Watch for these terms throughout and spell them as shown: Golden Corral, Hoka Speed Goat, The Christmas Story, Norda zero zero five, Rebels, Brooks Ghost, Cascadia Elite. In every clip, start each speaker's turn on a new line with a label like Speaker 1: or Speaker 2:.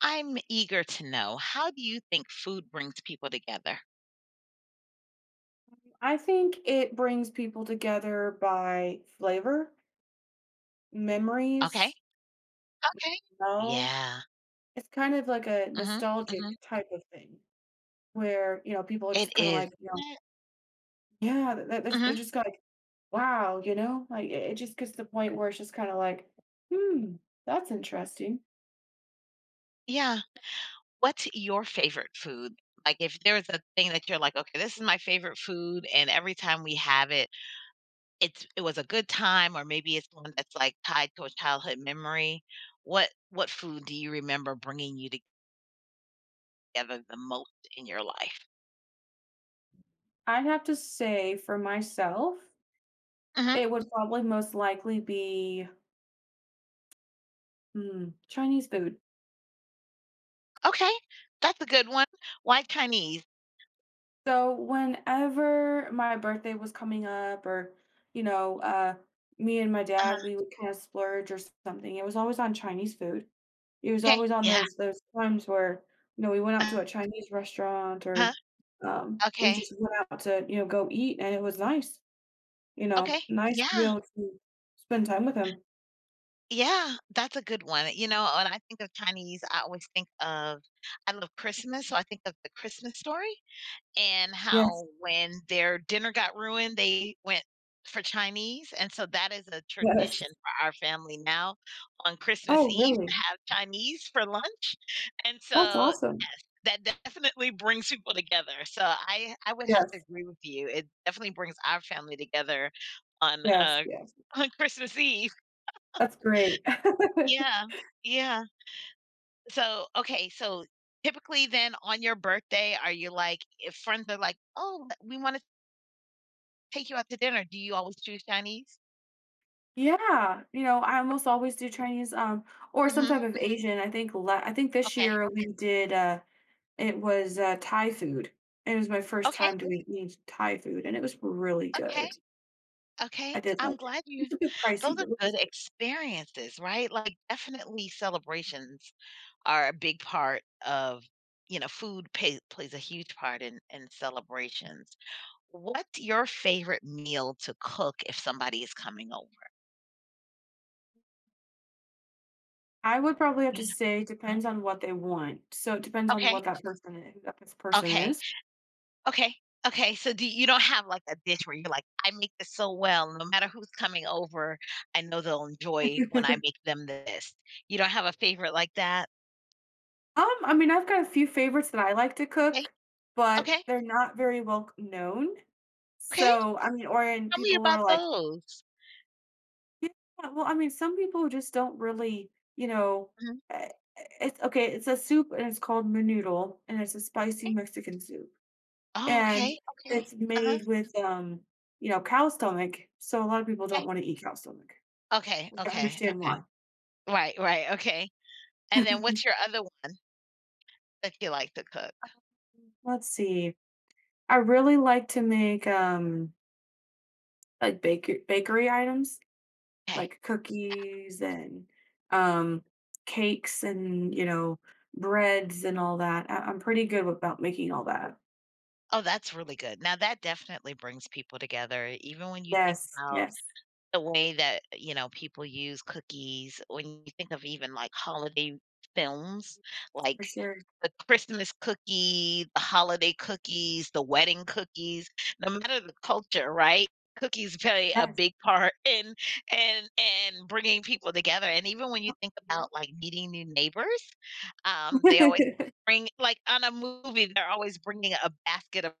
Speaker 1: I'm eager to know, how do you think food brings people together?
Speaker 2: I think it brings people together by flavor,
Speaker 1: Okay,
Speaker 2: memories,
Speaker 1: okay.
Speaker 2: smell.
Speaker 1: Yeah.
Speaker 2: It's kind of like a
Speaker 1: Mhm, mhm.
Speaker 2: nostalgic type of thing where, people are
Speaker 1: It
Speaker 2: just kind of
Speaker 1: is,
Speaker 2: like,
Speaker 1: isn't it?
Speaker 2: yeah, they're
Speaker 1: Mhm.
Speaker 2: just kinda like, wow, like it just gets to the point where it's just kind of like, hmm, that's interesting.
Speaker 1: Yeah. What's your favorite food? Like, if there's a thing that you're like, "Okay, this is my favorite food, and every time we have it, it was a good time," or maybe it's one that's, like, tied to a childhood memory. What food do you remember bringing you together the most in your life?
Speaker 2: I'd have to say for myself,
Speaker 1: Mhm.
Speaker 2: it would probably most likely be Chinese food.
Speaker 1: Okay, that's a good one. Why Chinese?
Speaker 2: So whenever my birthday was coming up or, you know, uh, me and my dad,
Speaker 1: Uh-huh.
Speaker 2: we would kind of splurge or something. It was always on Chinese food. It was
Speaker 1: 'Kay.
Speaker 2: always on
Speaker 1: Yeah.
Speaker 2: those times where, we went out to a
Speaker 1: Uh-huh.
Speaker 2: Chinese restaurant or we
Speaker 1: Okay.
Speaker 2: just went out to, go eat, and it was nice,
Speaker 1: Okay.
Speaker 2: nice to be
Speaker 1: Yeah.
Speaker 2: able to spend time with him.
Speaker 1: Yeah. That's a good one. When I think of Chinese, I always think of, I love Christmas, so I think of The Christmas Story and
Speaker 2: Yes,
Speaker 1: how when their dinner got ruined, they went for Chinese, and so that is a
Speaker 2: yes.
Speaker 1: tradition for our family now on Christmas
Speaker 2: Oh,
Speaker 1: Eve
Speaker 2: really?
Speaker 1: to have Chinese for lunch, and
Speaker 2: That's
Speaker 1: so
Speaker 2: awesome.
Speaker 1: that definitely brings people together. So I would have to
Speaker 2: Yes,
Speaker 1: agree with you. It definitely brings our family together on
Speaker 2: yes, yes.
Speaker 1: on Christmas Eve.
Speaker 2: That's great.
Speaker 1: Yeah. Yeah. So okay, so typically then on your birthday are you like if friends are like, "Oh, let- we want to take you out to dinner." Do you always choose Chinese?
Speaker 2: Yeah, I almost always do Chinese, or some type
Speaker 1: Mhm.
Speaker 2: of Asian. I think this
Speaker 1: Okay.
Speaker 2: year we did, it was, Thai food. It was my first
Speaker 1: Okay.
Speaker 2: time doing eat Thai food, and it was really good.
Speaker 1: Okay.
Speaker 2: I
Speaker 1: Okay.
Speaker 2: did like
Speaker 1: I'm
Speaker 2: it.
Speaker 1: glad you.
Speaker 2: It's a bit
Speaker 1: Those
Speaker 2: pricey,
Speaker 1: are
Speaker 2: but it was
Speaker 1: good
Speaker 2: good.
Speaker 1: experiences, right? Like, definitely celebrations are a big part of. Food plays a huge part in celebrations. What's your favorite meal to cook if somebody is coming over?
Speaker 2: I would probably have to
Speaker 1: Yeah.
Speaker 2: say depends on what they want. So it depends on what
Speaker 1: Okay.
Speaker 2: that person is who that person
Speaker 1: Okay.
Speaker 2: is.
Speaker 1: Okay. Okay. So do you don't have like a dish where you're like, I make this so well, no matter who's coming over, I know they'll enjoy when I make them this. You don't have a favorite like that?
Speaker 2: I mean, I've got a few favorites that I like to
Speaker 1: Okay.
Speaker 2: cook, but
Speaker 1: Okay.
Speaker 2: they're not very well known.
Speaker 1: Okay.
Speaker 2: So, I mean, or and
Speaker 1: Tell me
Speaker 2: people who
Speaker 1: about
Speaker 2: are like,
Speaker 1: those.
Speaker 2: yeah, well, I mean, some people just don't really, you know,
Speaker 1: Mhm.
Speaker 2: eh, it's okay, it's a soup and it's called menudo, and it's a spicy
Speaker 1: Eh.
Speaker 2: Mexican soup.
Speaker 1: Oh,
Speaker 2: And
Speaker 1: okay, okay.
Speaker 2: it's
Speaker 1: Uh-huh,
Speaker 2: made with, cow stomach, so a lot of people
Speaker 1: okay.
Speaker 2: don't want to eat cow stomach,
Speaker 1: Okay,
Speaker 2: which I
Speaker 1: okay,
Speaker 2: understand
Speaker 1: okay.
Speaker 2: why.
Speaker 1: Right, right, okay. And then what's your other one that you like to cook?
Speaker 2: Let's see. I really like to make, like bakery items,
Speaker 1: Okay.
Speaker 2: like cookies, and um, cakes, and breads and all that. I'm pretty good about making all that.
Speaker 1: Oh, that's really good. Now that definitely brings people together, even when you think
Speaker 2: Yes,
Speaker 1: about
Speaker 2: yes,
Speaker 1: the way that, people use cookies, when you think of even, like, holiday films,
Speaker 2: for
Speaker 1: like
Speaker 2: sure.
Speaker 1: the Christmas cookie, the holiday cookies, the wedding cookies, no matter the culture, right? Cookies play a
Speaker 2: Yes.
Speaker 1: big part in, and bringing people together, and even when you think
Speaker 2: Yep.
Speaker 1: about, like, meeting new neighbors, they always bring like, on a movie, they're always bringing a basket of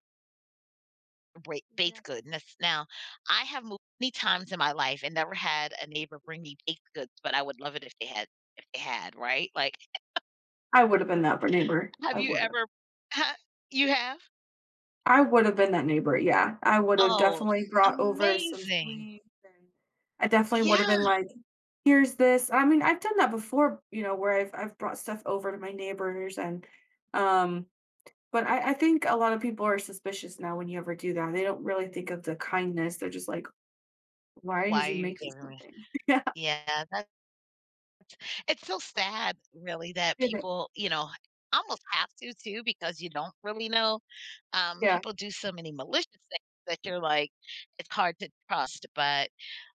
Speaker 1: Baked
Speaker 2: Yes.
Speaker 1: goodness. Now, I have moved many times in my life and never had a neighbor bring me baked goods, but I would love it if they had, right? Like,
Speaker 2: I would have been that neighbor.
Speaker 1: have
Speaker 2: I
Speaker 1: you
Speaker 2: would have.
Speaker 1: ever, huh? You have?
Speaker 2: I would have been that neighbor. Yeah, I would have
Speaker 1: Oh,
Speaker 2: definitely brought over some
Speaker 1: amazing.
Speaker 2: sweets, and I definitely would have
Speaker 1: Yeah.
Speaker 2: been like, "Here's this." I mean, I've done that before, where I've brought stuff over to my neighbors, and um, but I think a lot of people are suspicious now when you ever do that. They don't really think of the kindness. They're just like, why did
Speaker 1: Why are
Speaker 2: you
Speaker 1: you
Speaker 2: make me
Speaker 1: giving me.
Speaker 2: something? Yeah.
Speaker 1: Yeah, it's so sad, really, that
Speaker 2: Get it.
Speaker 1: people, almost have to too because you don't really know.
Speaker 2: Yeah.
Speaker 1: People do so many malicious things that you're like, it's hard to trust. But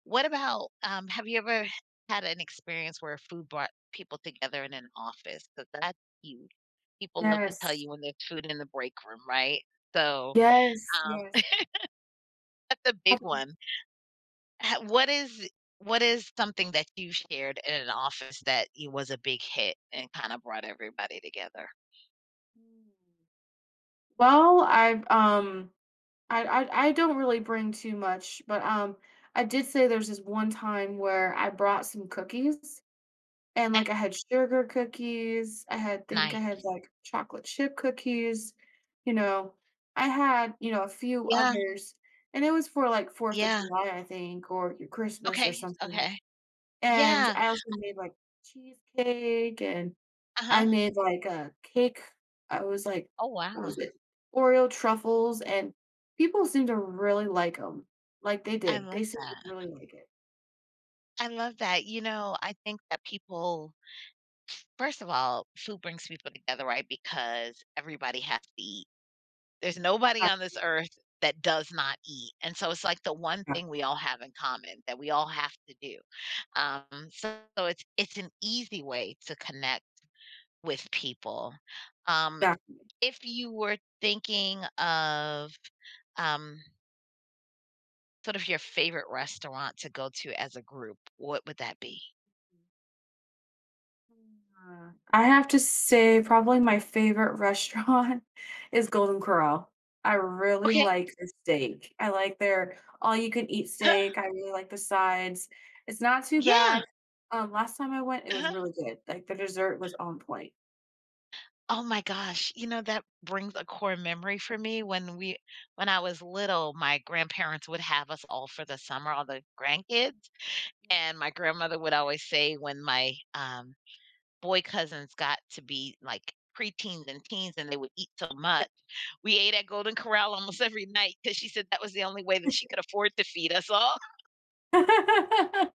Speaker 1: what about, have you ever had an experience where food brought people together in an office? Because that's huge. People love to tell
Speaker 2: Yes.
Speaker 1: you when there's food in the break room, right? So
Speaker 2: Yes.
Speaker 1: um,
Speaker 2: Yes.
Speaker 1: that's a big
Speaker 2: Happens.
Speaker 1: one. Ha what is something that you shared in an office that it was a big hit and kinda brought everybody together?
Speaker 2: Mm. Well, I don't really bring too much, but I did say there's this one time where I brought some cookies. And,
Speaker 1: Okay,
Speaker 2: like, I had sugar cookies, I had think I
Speaker 1: nice.
Speaker 2: had, like, chocolate chip cookies, you know, I had, a few
Speaker 1: Yeah,
Speaker 2: others, and it was for, like, 4th of
Speaker 1: yeah.
Speaker 2: July, I think, or your Christmas or
Speaker 1: Okay,
Speaker 2: something,
Speaker 1: okay.
Speaker 2: and
Speaker 1: Yeah,
Speaker 2: I also made, like, cheesecake, and
Speaker 1: uh-huh.
Speaker 2: I made, like, a cake. I was like,
Speaker 1: Oh,
Speaker 2: what
Speaker 1: wow.
Speaker 2: was it? Oreo truffles, and people seemed to really like them. Like, they
Speaker 1: I
Speaker 2: did. They
Speaker 1: love
Speaker 2: seemed to
Speaker 1: that.
Speaker 2: really like it.
Speaker 1: I love that. I think that people first of all, food brings people together, right? Because everybody has to eat. There's nobody
Speaker 2: Yeah.
Speaker 1: on this earth that does not eat, and so it's like the one
Speaker 2: Exactly.
Speaker 1: thing
Speaker 2: Yeah,
Speaker 1: we all have in common that we all have to do. So
Speaker 2: yeah.
Speaker 1: it's an easy way to connect with people. Um,
Speaker 2: Exactly.
Speaker 1: if you were thinking of um, sort of your favorite restaurant to go to as a group, what would that be?
Speaker 2: I have to say probably my favorite restaurant is Golden Corral. I really
Speaker 1: Okay.
Speaker 2: like the steak. I like their all-you-can-eat
Speaker 1: Huh.
Speaker 2: steak. I really like the sides. It's not too
Speaker 1: Yeah.
Speaker 2: bad. Last time I went, it was
Speaker 1: Uh-huh.
Speaker 2: really good. Like, the dessert was on point.
Speaker 1: Oh my gosh, that brings a core memory for me. When I was little, my grandparents would have us all for the summer, all the grandkids.
Speaker 2: Mm,
Speaker 1: And my grandmother would always say when my boy cousins got to be like preteens and teens and they would eat so much.
Speaker 2: yep.
Speaker 1: We ate at Golden Corral almost every night because she said that was the only way
Speaker 2: Yeah.
Speaker 1: that she could afford to feed us all.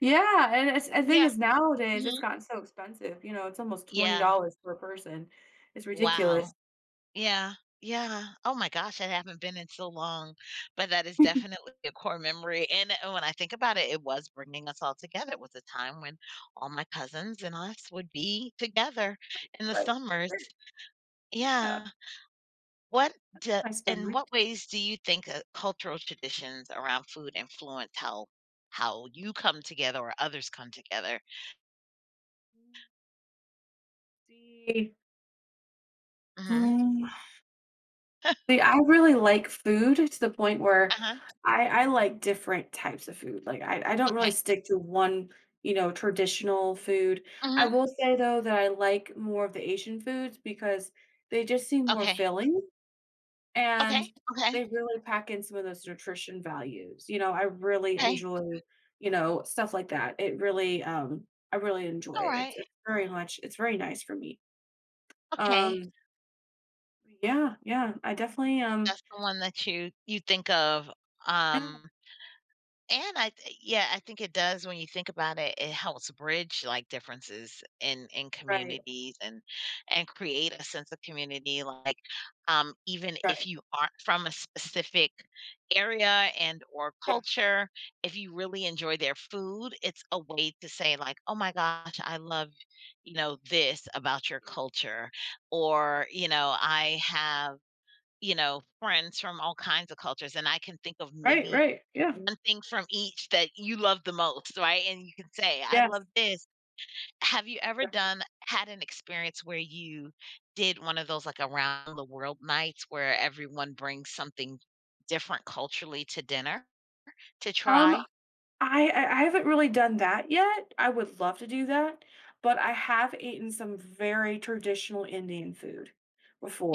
Speaker 2: Yeah, and it's I think
Speaker 1: Yeah.
Speaker 2: it's nowadays, it's
Speaker 1: Mhm.
Speaker 2: gotten so expensive, it's almost
Speaker 1: Yeah.
Speaker 2: $20 per person. It's ridiculous.
Speaker 1: Wow. Yeah. Yeah. Oh my gosh, I haven't been in so long, but that is definitely a core memory. And when I think about it, it was bringing us all together. It was a time when all my cousins and us would be together in the
Speaker 2: Right, for
Speaker 1: summers.
Speaker 2: sure. Yeah,
Speaker 1: Yeah. What do
Speaker 2: my
Speaker 1: In
Speaker 2: stomach.
Speaker 1: what ways do you think, cultural traditions around food influence how you come together or others come together?
Speaker 2: See,
Speaker 1: Mhm.
Speaker 2: um, see, I really like food to the point where
Speaker 1: Uh-huh,
Speaker 2: I like different types of food. Like, I don't really
Speaker 1: okay.
Speaker 2: stick to one, traditional food. I
Speaker 1: Mhm.
Speaker 2: will say, though, that I like more of the Asian foods because they just seem more
Speaker 1: Okay.
Speaker 2: filling,
Speaker 1: Okay.
Speaker 2: and
Speaker 1: Okay.
Speaker 2: they really pack in some of those nutrition values. I really
Speaker 1: Okay.
Speaker 2: enjoy, stuff like that. I really enjoy it.
Speaker 1: Alright.
Speaker 2: It's very nice for me.
Speaker 1: Okay.
Speaker 2: Um Yeah, yeah, I definitely,
Speaker 1: That's the one that you think of.
Speaker 2: yeah,
Speaker 1: Um And I th yeah, I think it does when you think about it, it helps bridge, like, differences in
Speaker 2: right,
Speaker 1: communities and create a sense of community, like, even if
Speaker 2: right,
Speaker 1: you aren't from a specific area and or
Speaker 2: yeah,
Speaker 1: culture, if you really enjoy their food, it's a way to say, like, "Oh my gosh, I love, you know, this about your
Speaker 2: yeah,
Speaker 1: culture," or, "I have" friends from all kinds of cultures, and I can think of
Speaker 2: right,
Speaker 1: maybe
Speaker 2: right, yeah,
Speaker 1: one thing from each that you love the most, right? And you can say, "I
Speaker 2: yes,
Speaker 1: love this." Have you ever
Speaker 2: exactly.
Speaker 1: done had an experience where you did one of those, like, around the world nights where everyone brings something different culturally to dinner to
Speaker 2: Um,
Speaker 1: try?
Speaker 2: I haven't really done that yet. I would love to do that, but I have eaten some very traditional Indian food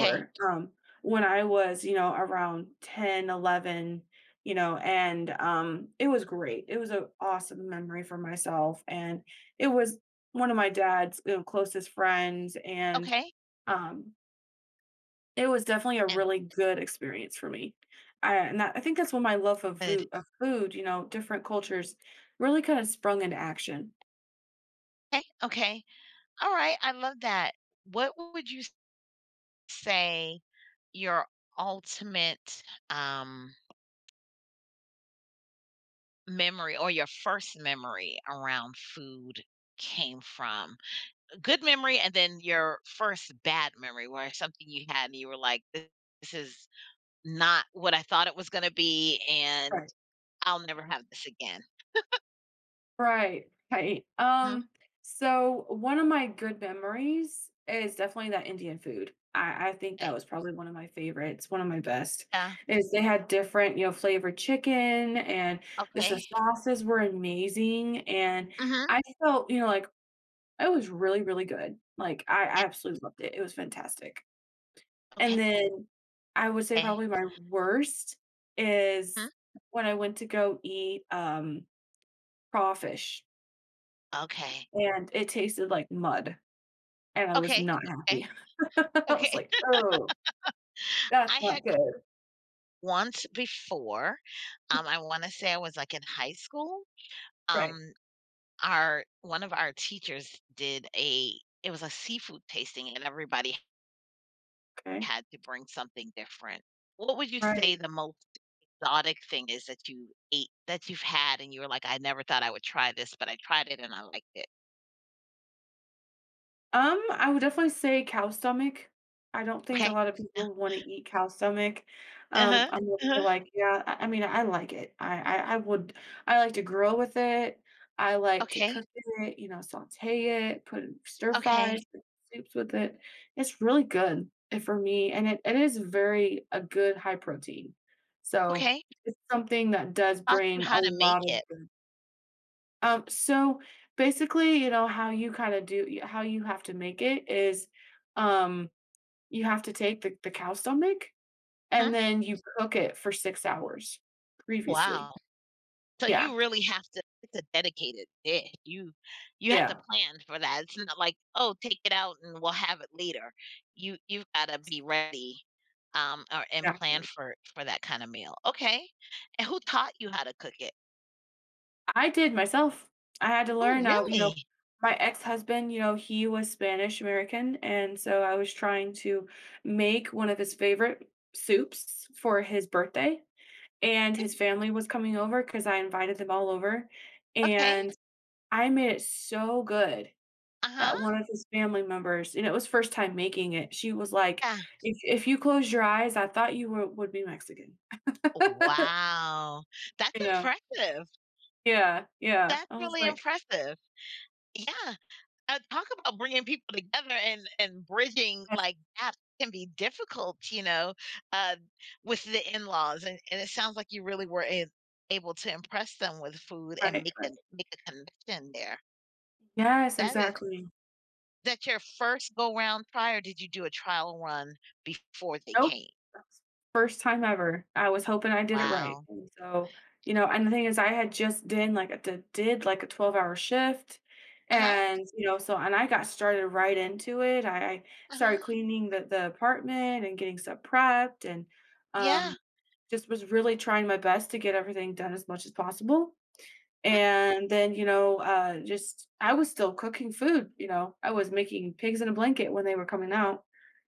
Speaker 1: Okay,
Speaker 2: when I was, around 10, 11, and, it was great, it was a awesome memory for myself, and it was one of my dad's, closest friends, and,
Speaker 1: okay,
Speaker 2: um it was definitely a
Speaker 1: and
Speaker 2: really good experience for me. I And that, I think that's when my love of
Speaker 1: good.
Speaker 2: food, different cultures really kind of sprung into action.
Speaker 1: Okay, okay. Alright, I love that. What would you say your ultimate, um memory or your first memory around food came from? Good memory and then your first bad memory where something you had and you were like, "This is not what I thought it was going to be and
Speaker 2: Right.
Speaker 1: I'll never have this again."
Speaker 2: Right, right.
Speaker 1: Mhm.
Speaker 2: So one of my good memories is definitely that Indian food. I think that
Speaker 1: Okay.
Speaker 2: was probably one of my favorites, one of my best.
Speaker 1: Yeah.
Speaker 2: Is they had different, flavored chicken, and just the
Speaker 1: Okay.
Speaker 2: sauces were amazing. And I
Speaker 1: Hmm.
Speaker 2: felt, like it was really, really good. Like, I
Speaker 1: Yeah.
Speaker 2: I absolutely loved it. It was fantastic. And
Speaker 1: Okay.
Speaker 2: then I would say
Speaker 1: Mhm.
Speaker 2: probably my worst is when I went to go eat, crawfish,
Speaker 1: Okay.
Speaker 2: and it tasted like mud, and I was
Speaker 1: Okay.
Speaker 2: not happy.
Speaker 1: Okay.
Speaker 2: I
Speaker 1: Okay.
Speaker 2: was like, "Oh, that's
Speaker 1: I had
Speaker 2: not good."
Speaker 1: once before. I want to say I was like in high school. Um,
Speaker 2: Right.
Speaker 1: Our one of our teachers did a it was a seafood tasting, and everybody
Speaker 2: Okay.
Speaker 1: had to bring something different. What would you say
Speaker 2: Right.
Speaker 1: the most exotic thing is that you ate that you've had, and you were like, "I never thought I would try this, but I tried it and I liked it."
Speaker 2: I would definitely say cow stomach. I don't think
Speaker 1: Okay.
Speaker 2: a lot of
Speaker 1: Huh.
Speaker 2: people wanna eat cow stomach.
Speaker 1: Uh-huh,
Speaker 2: I'm over here
Speaker 1: uh-huh.
Speaker 2: like, yeah, I mean, I like it. I like to grill with it. I like to cook
Speaker 1: Okay,
Speaker 2: it, sauté it, put in stir
Speaker 1: okay,
Speaker 2: fries, put soups with it. It's really good, for me, and it is very a good high protein. So,
Speaker 1: okay.
Speaker 2: it's something that does
Speaker 1: Taught you
Speaker 2: bring a
Speaker 1: how to
Speaker 2: lot
Speaker 1: make
Speaker 2: of
Speaker 1: it.
Speaker 2: good so basically, how you kind of how you have to make it is um you have to take the cow stomach,
Speaker 1: Hmm?
Speaker 2: and then you cook it for 6 hours previously.
Speaker 1: Wow. So
Speaker 2: Yeah.
Speaker 1: you really have to it's a dedicated dish. You have to
Speaker 2: Yeah.
Speaker 1: plan for that. It's not like, "Oh, take it out and we'll have it later." You've gotta be ready, or and plan
Speaker 2: Exactly.
Speaker 1: for that kinda meal. Okay. And who taught you how to cook it?
Speaker 2: I did myself. I had to
Speaker 1: Oh,
Speaker 2: learn. I,
Speaker 1: really?
Speaker 2: my ex-husband, he was Spanish American, and so I was trying to make one of his favorite soups for his birthday. And his family was coming over because I invited them all over.
Speaker 1: Okay.
Speaker 2: And I made it so good
Speaker 1: Uh-huh.
Speaker 2: that one of his family members, and it was first time making it, she was like,
Speaker 1: Yeah.
Speaker 2: "If you close your eyes, I thought you were would be Mexican."
Speaker 1: Wow. That's
Speaker 2: You know?
Speaker 1: impressive.
Speaker 2: Yeah, yeah.
Speaker 1: That's
Speaker 2: I was
Speaker 1: really
Speaker 2: like,
Speaker 1: impressive. Yeah. Talk about bringing people together and bridging,
Speaker 2: "That's
Speaker 1: like, gaps can be difficult, uh, with the in-laws, and it sounds like you really were a able to impress them with food and
Speaker 2: right,
Speaker 1: make
Speaker 2: right."
Speaker 1: a make a connection there.
Speaker 2: Yes,
Speaker 1: That is
Speaker 2: exactly.
Speaker 1: that your first go-round try, or did you do a trial run before they
Speaker 2: Nope.
Speaker 1: came?
Speaker 2: First time ever. I was hoping I did it right,
Speaker 1: Wow.
Speaker 2: and so, and the thing is I had just did, like, a did, like, a 12-hour shift,
Speaker 1: Uh-huh,
Speaker 2: and, so and I got started right into it. I
Speaker 1: uh-huh.
Speaker 2: started cleaning the apartment and getting stuff prepped, and, um,
Speaker 1: Yeah.
Speaker 2: just was really trying my best to get everything done as much as possible.
Speaker 1: Mm,
Speaker 2: And then, just I was still cooking food. I was making pigs in a blanket when they were coming out,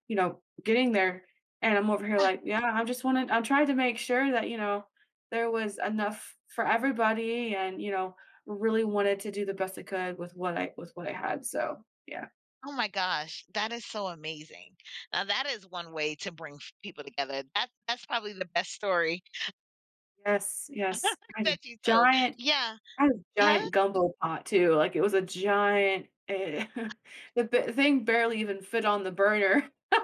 Speaker 2: getting there, and I'm over here
Speaker 1: yeah.
Speaker 2: like, "Yeah, I just wanted I'm trying to make sure that, there was enough for everybody, and, really wanted to do the best I could with what I had." So, yeah.
Speaker 1: Oh my gosh, that is so amazing. Now that is one way to bring f people together. That's probably the best story
Speaker 2: Yes, yes.
Speaker 1: Veggie toast.
Speaker 2: Giant
Speaker 1: Yeah.
Speaker 2: I had a
Speaker 1: Huh?
Speaker 2: giant gumbo pot too, like, it was a giant the b thing barely even fit on the burner.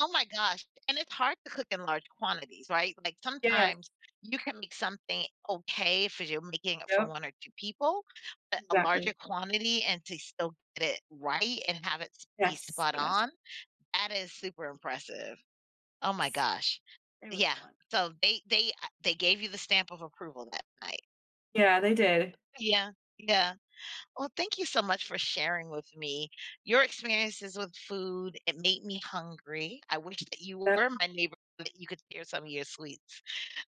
Speaker 1: Oh my gosh. And it's hard to cook in large quantities, right? Like
Speaker 2: Yes,
Speaker 1: sometimes you can make something okay if you're making it for
Speaker 2: yep.
Speaker 1: one or two people, but a larger
Speaker 2: Exactly.
Speaker 1: quantity and to still get it right and have it be
Speaker 2: Yes,
Speaker 1: spot
Speaker 2: yes.
Speaker 1: on, that is super impressive. Oh my gosh.
Speaker 2: It was
Speaker 1: Yeah.
Speaker 2: fun.
Speaker 1: So they gave you the stamp of approval that night.
Speaker 2: Yeah, they did.
Speaker 1: Yeah. Yeah. Well, thank you so much for sharing with me your experiences with food. It made me hungry. I wish that you
Speaker 2: Yep.
Speaker 1: were my neighbor so that you could share some of your sweets.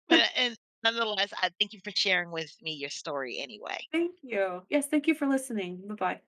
Speaker 1: But And nonetheless, I thank you for sharing with me your story anyway.
Speaker 2: Thank you. Yes, thank you for listening. Bye-bye.